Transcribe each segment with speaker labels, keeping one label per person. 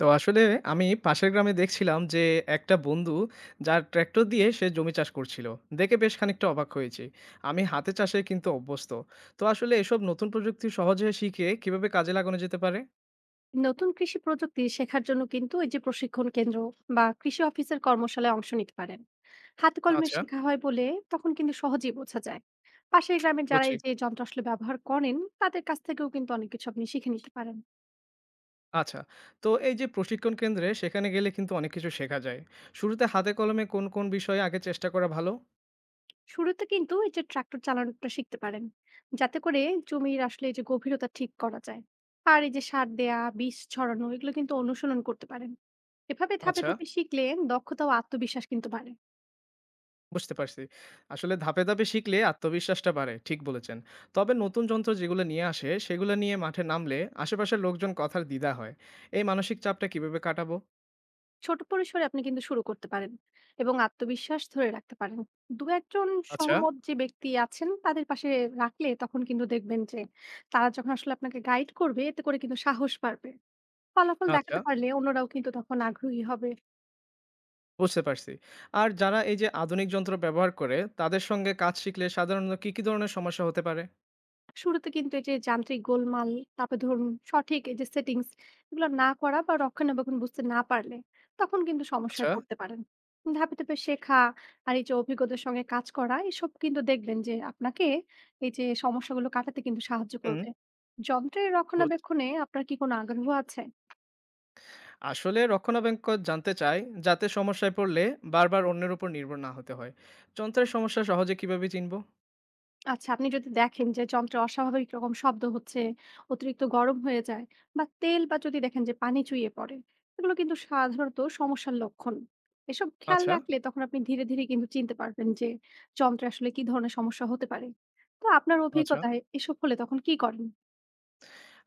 Speaker 1: তো আসলে আমি পাশের গ্রামে দেখছিলাম যে একটা বন্ধু যার ট্র্যাক্টর দিয়ে সে জমি চাষ করছিল দেখে বেশ খানিকটা অবাক হয়েছি। আমি হাতে চাষে কিন্তু অভ্যস্ত। তো আসলে এসব নতুন প্রযুক্তি সহজে শিখে কিভাবে কাজে লাগানো যেতে পারে?
Speaker 2: নতুন কৃষি প্রযুক্তি শেখার জন্য কিন্তু এই যে প্রশিক্ষণ কেন্দ্র বা কৃষি অফিসের কর্মশালায় অংশ নিতে পারেন। হাতে কলমে
Speaker 1: আচ্ছা।
Speaker 2: শেখা হয় বলে তখন কিন্তু সহজেই বোঝা যায়। পাশের গ্রামের যারা
Speaker 1: বুঝছি।
Speaker 2: এই যে যন্ত্র আসলে ব্যবহার করেন, তাদের কাছ থেকেও কিন্তু অনেক কিছু আপনি শিখে নিতে পারেন।
Speaker 1: আচ্ছা, তো এই যে প্রশিক্ষণ কেন্দ্রে সেখানে গেলে কিন্তু অনেক কিছু শেখা যায়। শুরুতে হাতে কলমে কোন কোন বিষয়ে আগে চেষ্টা করা ভালো?
Speaker 2: শুরুতে কিন্তু এই যে ট্রাক্টর চালানোটা শিখতে পারেন, যাতে করে জমির আসলে এই যে গভীরতা ঠিক করা যায়। আর এই যে সার দেয়া, বীজ ছড়ানো এগুলো কিন্তু অনুশীলন করতে পারেন। এভাবে ধাপে
Speaker 1: আচ্ছা।
Speaker 2: ধাপে শিখলে দক্ষতা ও আত্মবিশ্বাস কিন্তু বাড়ে।
Speaker 1: বুঝতে পারছি। আসলে ধাপে ধাপে শিখলে আত্মবিশ্বাসটা বাড়ে। ঠিক বলেছেন। তবে নতুন যন্ত্র যেগুলো নিয়ে আসে, সেগুলো নিয়ে মাঠে নামলে আশেপাশের লোকজন কথার দ্বিধা হয়। এই মানসিক চাপটা কিভাবে কাটাবো?
Speaker 2: ছোট পরিসরে আপনি কিন্তু শুরু করতে পারেন এবং আত্মবিশ্বাস ধরে রাখতে পারেন। দু একজন
Speaker 1: আচ্ছা।
Speaker 2: সহমত যে ব্যক্তি আছেন তাদের পাশে রাখলে তখন কিন্তু দেখবেন যে তারা যখন আসলে আপনাকে গাইড করবে, এতে করে কিন্তু সাহস বাড়বে। ফলাফল
Speaker 1: আচ্ছা,
Speaker 2: দেখাতে পারলে অন্যরাও কিন্তু তখন আগ্রহী হবে।
Speaker 1: বুঝতে পারছি। আর যারা এই যে আধুনিক যন্ত্র ব্যবহার করে, তাদের সঙ্গে কাজ শিখলে সাধারণত কি কি ধরনের সমস্যা হতে পারে?
Speaker 2: শুরুতে কিন্তু এই যে যান্ত্রিক গোলমাল, তারপর ধরুন সঠিক এই যে সেটিংস এগুলো না করা বা রক্ষণাবেক্ষণ বুঝতে না পারলে তখন কিন্তু
Speaker 1: আচ্ছা।
Speaker 2: সমস্যায় পড়তে পারেন। ধাপে ধাপে শেখা আর এই যে অভিজ্ঞতার সঙ্গে কাজ করা এসব কিন্তু দেখবেন যে আপনাকে এই যে সমস্যাগুলো কাটাতে কিন্তু সাহায্য
Speaker 1: হুম।
Speaker 2: করবে। যন্ত্রের
Speaker 1: বুঝ,
Speaker 2: রক্ষণাবেক্ষণে আপনার কি কোনো আগ্রহ আছে?
Speaker 1: আসলে রক্ষণাবেক্ষণ জানতে চাই, যাতে সমস্যায় পড়লে বারবার অন্যের উপর নির্ভর না হতে হয়। যন্ত্রের সমস্যা সহজে কিভাবে চিনবো?
Speaker 2: আচ্ছা, আপনি যদি দেখেন যে যন্ত্রে অস্বাভাবিক রকম শব্দ হচ্ছে, অতিরিক্ত গরম হয়ে যায়, বা তেল বা যদি দেখেন যে পানি চুইয়ে পড়ে, এগুলো কিন্তু সাধারণত সমস্যার লক্ষণ। এসব খেয়াল
Speaker 1: আচ্ছা।
Speaker 2: রাখলে তখন আপনি ধীরে ধীরে কিন্তু চিনতে পারবেন যে যন্ত্রে আসলে কি ধরনের সমস্যা হতে পারে। তো আপনার
Speaker 1: আচ্ছা।
Speaker 2: অভিজ্ঞতায় এসব হলে তখন কি করেন?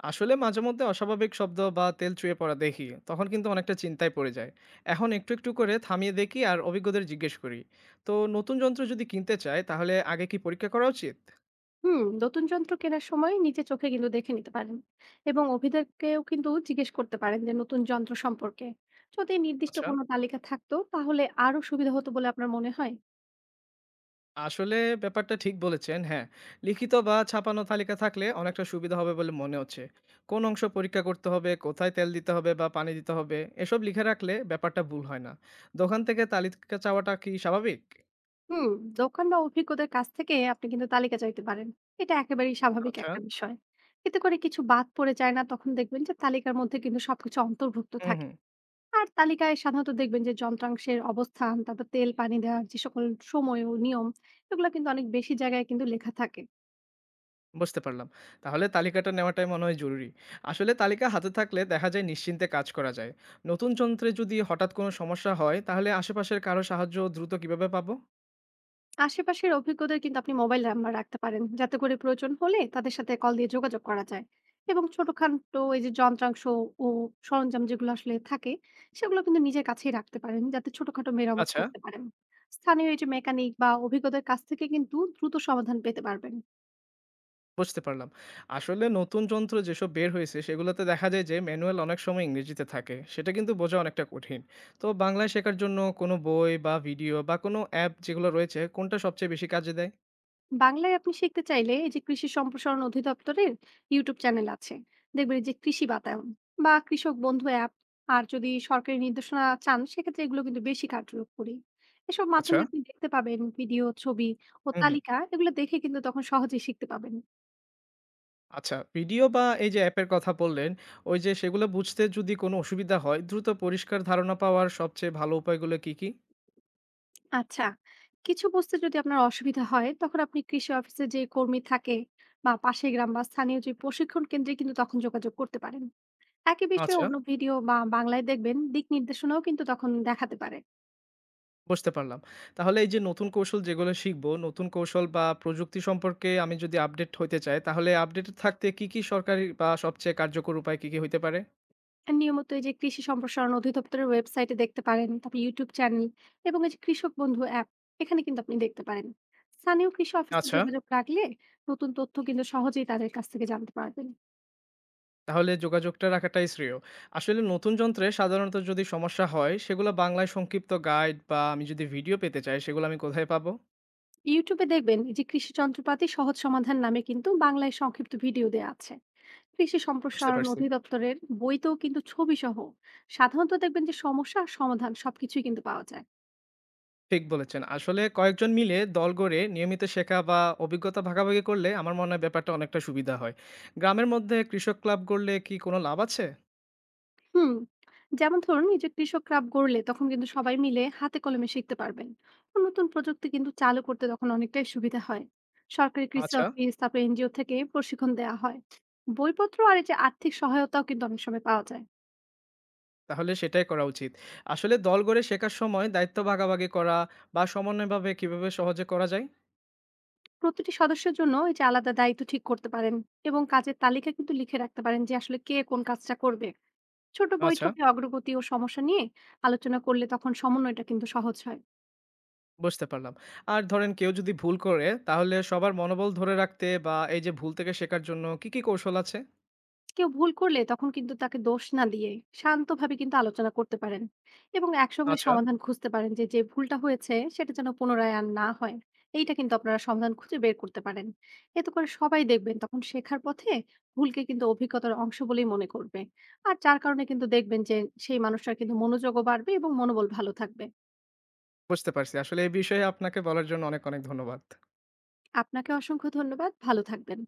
Speaker 1: আসলে মাঝেমধ্যে অস্বাভাবিক শব্দ বা তেল চুইয়ে পড়া দেখি তখন কিন্তু অনেকটা চিন্তায় পড়ে যায়। এখন একটু একটু করে থামিয়ে দেখি আর অভিজ্ঞদের জিজ্ঞেস করি। তো নতুন যন্ত্র যদি কিনতে চায় তাহলে আগে কি পরীক্ষা করা উচিত?
Speaker 2: হুম, নতুন যন্ত্র কেনার সময় নিজে চোখে কিন্তু দেখে নিতে পারেন এবং অভিজ্ঞকেও কিন্তু জিজ্ঞেস করতে পারেন যে নতুন যন্ত্র সম্পর্কে। যদি নির্দিষ্ট
Speaker 1: আচ্ছা।
Speaker 2: কোনো তালিকা থাকতো তাহলে আরো সুবিধা হতো বলে আপনার মনে হয়?
Speaker 1: আসলে ব্যাপারটা ঠিক বলেছেন, হ্যাঁ। লিখিত বা ছাপানো তালিকা থাকলে অনেকটা সুবিধা হবে বলে মনে হচ্ছে। কোন অংশ পরীক্ষা করতে হবে, কোথায় তেল দিতে হবে বা পানি দিতে হবে, এসব লিখে রাখলে ব্যাপারটা ভুল হয় না। দোকান থেকে তালিকা চাওয়াটা কি স্বাভাবিক?
Speaker 2: হুম, দোকান বা অভিজ্ঞদের কাছ থেকে আপনি কিন্তু তালিকা চাইতে পারেন। এটা একেবারেই স্বাভাবিক
Speaker 1: আচ্ছা।
Speaker 2: একটা বিষয়। এতে করে কিছু বাদ পড়ে যায় না, তখন দেখবেন যে তালিকার মধ্যে কিন্তু সবকিছু অন্তর্ভুক্ত
Speaker 1: হুম
Speaker 2: থাকে।
Speaker 1: হুম
Speaker 2: আর তালিকায় সাধারণত দেখবেন যে যন্ত্রাংশের অবস্থান, তারপর তেল, পানি দেওয়ার যে সকল সময় ও নিয়ম এগুলা কিন্তু অনেক বেশি জায়গায় কিন্তু লেখা থাকে।
Speaker 1: বুঝতে পারলাম। তাহলে তালিকাটা নেওয়াটাই মনে হয় জরুরি। আসলে তালিকা হাতে থাকলে দেখা যায় নিশ্চিন্তে কাজ করা যায়। নতুন যন্ত্রে যদি হঠাৎ কোনো সমস্যা হয় তাহলে আশেপাশের কারো সাহায্য দ্রুত কিভাবে পাবো?
Speaker 2: আশেপাশের অভিজ্ঞদের কিন্তু আপনি মোবাইল নাম্বার রাখতে পারেন, যাতে করে প্রয়োজন হলে তাদের সাথে কল দিয়ে যোগাযোগ করা যায়। এবং ছোটখাটো এই যে যন্ত্রাংশ ও সরঞ্জাম যেগুলো আসলে থাকে, সেগুলো কিন্তু নিজের কাছেই রাখতে পারেন যাতে ছোটখাটো মেরামত
Speaker 1: আচ্ছা।
Speaker 2: করতে পারেন। স্থানীয় এই যে মেকানিক বা অভিজ্ঞদের কাছ থেকে কিন্তু দ্রুত সমাধান পেতে পারবেন।
Speaker 1: বুঝতে পারলাম। আসলে নতুন যন্ত্র যেসব বের হয়েছে সেগুলোতে দেখা যায় যে ম্যানুয়াল অনেক সময় ইংরেজিতে থাকে। সেটা কিন্তু বোঝা অনেকটা কঠিন। তো বাংলায় শেখার জন্য কোনো বই বা ভিডিও বা কোনো অ্যাপ যেগুলো রয়েছে কোনটা সবচেয়ে বেশি কাজে দেয়?
Speaker 2: বাংলায় আপনি শিখতে চাইলে এই যে কৃষি সম্প্রসারণ অধিদপ্তরের ইউটিউব চ্যানেল আছে। দেখবেন এই যে কৃষি বাতায়ন বা কৃষক বন্ধু অ্যাপ, আর যদি সরকারি নির্দেশনা চান সেক্ষেত্রে এগুলো কিন্তু বেশি কার্যকরী। এসব
Speaker 1: আচ্ছা।
Speaker 2: মাধ্যমে আপনি দেখতে পাবেন ভিডিও, ছবি ও
Speaker 1: হুম।
Speaker 2: তালিকা, এগুলো দেখে কিন্তু তখন সহজেই শিখতে পাবেন।
Speaker 1: আচ্ছা, ভিডিও বা এই যে অ্যাপের কথা বললেন, ওই যে সেগুলো বুঝতে যদি কোনো অসুবিধা হয়, দ্রুত পরিষ্কার ধারণা পাওয়ার সবচেয়ে ভালো উপায়গুলো কি কি?
Speaker 2: আচ্ছা, কিছু বুঝতে যদি আপনার অসুবিধা হয়, তখন আপনি কৃষি অফিসে যে কর্মী থাকে বা পাশের গ্রাম বা স্থানীয় যে প্রশিক্ষণ কেন্দ্রে কিন্তু তখন যোগাযোগ করতে পারেন। একই বিষয়ে
Speaker 1: আচ্ছা।
Speaker 2: অন্য ভিডিও বা বাংলায় দেখবেন দিক নির্দেশনাও কিন্তু তখন দেখাতে পারে।
Speaker 1: বুঝতে পারলাম। তাহলে এই যে নতুন কৌশল যেগুলো শিখবো, নতুন কৌশল বা প্রযুক্তি সম্পর্কে আমি যদি আপডেট হইতে চাই, তাহলে আপডেটেড থাকতে কি কি সরকারি বা সবচেয়ে কার্যকর উপায় কি কি হইতে পারে?
Speaker 2: আর নিয়মিত এই যে কৃষি সম্প্রসারণ অধিদপ্তরের ওয়েবসাইটে দেখতে পারেন, তারপর ইউটিউব চ্যানেল এবং এই যে কৃষক বন্ধু অ্যাপ, এখানে কিন্তু আপনি দেখতে পারেন। স্থানীয় কৃষি অফিসে
Speaker 1: আচ্ছা,
Speaker 2: যোগাযোগ রাখলে নতুন তথ্য কিন্তু সহজেই তাদের কাছ থেকে জানতে পারবেন।
Speaker 1: তাহলে যোগাযোগটা রাখাটাই শ্রেয়। আসলে নতুন যন্ত্রে সাধারণত যদি সমস্যা হয়, সেগুলো বাংলায় সংক্ষিপ্ত গাইড বা আমি যদি ভিডিও পেতে চাই, সেগুলো আমি কোথায় পাবো?
Speaker 2: ইউটিউবে দেখবেন এই যে কৃষি যন্ত্রপাতি সহজ সমাধান নামে কিন্তু বাংলায় সংক্ষিপ্ত ভিডিও দেওয়া আছে কৃষি
Speaker 1: বুঝতে
Speaker 2: সম্প্রসারণ
Speaker 1: পারছি।
Speaker 2: অধিদপ্তরের। বইতেও কিন্তু ছবি সহ সাধারণত দেখবেন যে সমস্যা আর সমাধান সবকিছুই কিন্তু পাওয়া যায়।
Speaker 1: ঠিক বলেছেন। আসলে কয়েকজন মিলে দল গড়ে নিয়মিত শেখা বা অভিজ্ঞতা ভাগাভাগি করলে আমার মনে হয় ব্যাপারটা অনেকটা সুবিধা হয়। গ্রামের মধ্যে কৃষক ক্লাব গড়লে কি কোনো লাভ আছে?
Speaker 2: হুম, যেমন ধরুন এই যে কৃষক ক্লাব গড়লে তখন কিন্তু সবাই মিলে হাতে কলমে শিখতে পারবেন। তো নতুন প্রযুক্তি কিন্তু চালু করতে তখন অনেকটাই সুবিধা হয়। সরকারি কৃষি
Speaker 1: আচ্ছা,
Speaker 2: অফিস, তারপর এনজিও থেকে প্রশিক্ষণ দেওয়া হয়, বইপত্র আর এই যে আর্থিক সহায়তাও কিন্তু অনেক সময় পাওয়া যায়।
Speaker 1: তাহলে সেটাই করা উচিত। আসলে দল গড়ে শেখার সময় দায়িত্ব ভাগাভাগি করা বা সমন্বয়ভাবে কিভাবে সহজে করা যায়?
Speaker 2: প্রতিটি সদস্যের জন্য এই যে আলাদা দায়িত্ব ঠিক করতে পারেন এবং কাজের তালিকা কিন্তু লিখে রাখতে পারেন যে আসলে কে কোন কাজটা করবে। ছোট
Speaker 1: আচ্ছা।
Speaker 2: বৈঠকে অগ্রগতি ও সমস্যা নিয়ে আলোচনা করলে তখন সমন্বয়টা কিন্তু সহজ হয়।
Speaker 1: বুঝতে পারলাম। আর ধরেন কেউ যদি ভুল করে তাহলে সবার মনোবল ধরে রাখতে বা এই যে ভুল থেকে শেখার জন্য কি কি কৌশল আছে?
Speaker 2: কেউ ভুল করলে তখন কিন্তু তাকে দোষ না দিয়ে শান্তভাবে কিন্তু আলোচনা করতে পারেন এবং একসঙ্গে
Speaker 1: আচ্ছা।
Speaker 2: সমাধান খুঁজতে পারেন যে যে ভুলটা হয়েছে সেটা যেন পুনরায় আর না হয়। এইটা কিন্তু আপনারা সমাধান খুঁজে বের করতে পারেন। এতে করে সবাই দেখবেন তখন শেখার পথে ভুলকে কিন্তু অভিজ্ঞতার অংশ বলেই মনে করবে। আর যার কারণে কিন্তু দেখবেন যে সেই মানুষটার কিন্তু মনোযোগও বাড়বে এবং মনোবল ভালো থাকবে।
Speaker 1: বুঝতে পারছি। আসলে এই বিষয়ে আপনাকে বলার জন্য অনেক ধন্যবাদ।
Speaker 2: আপনাকে অসংখ্য ধন্যবাদ, ভালো থাকবেন।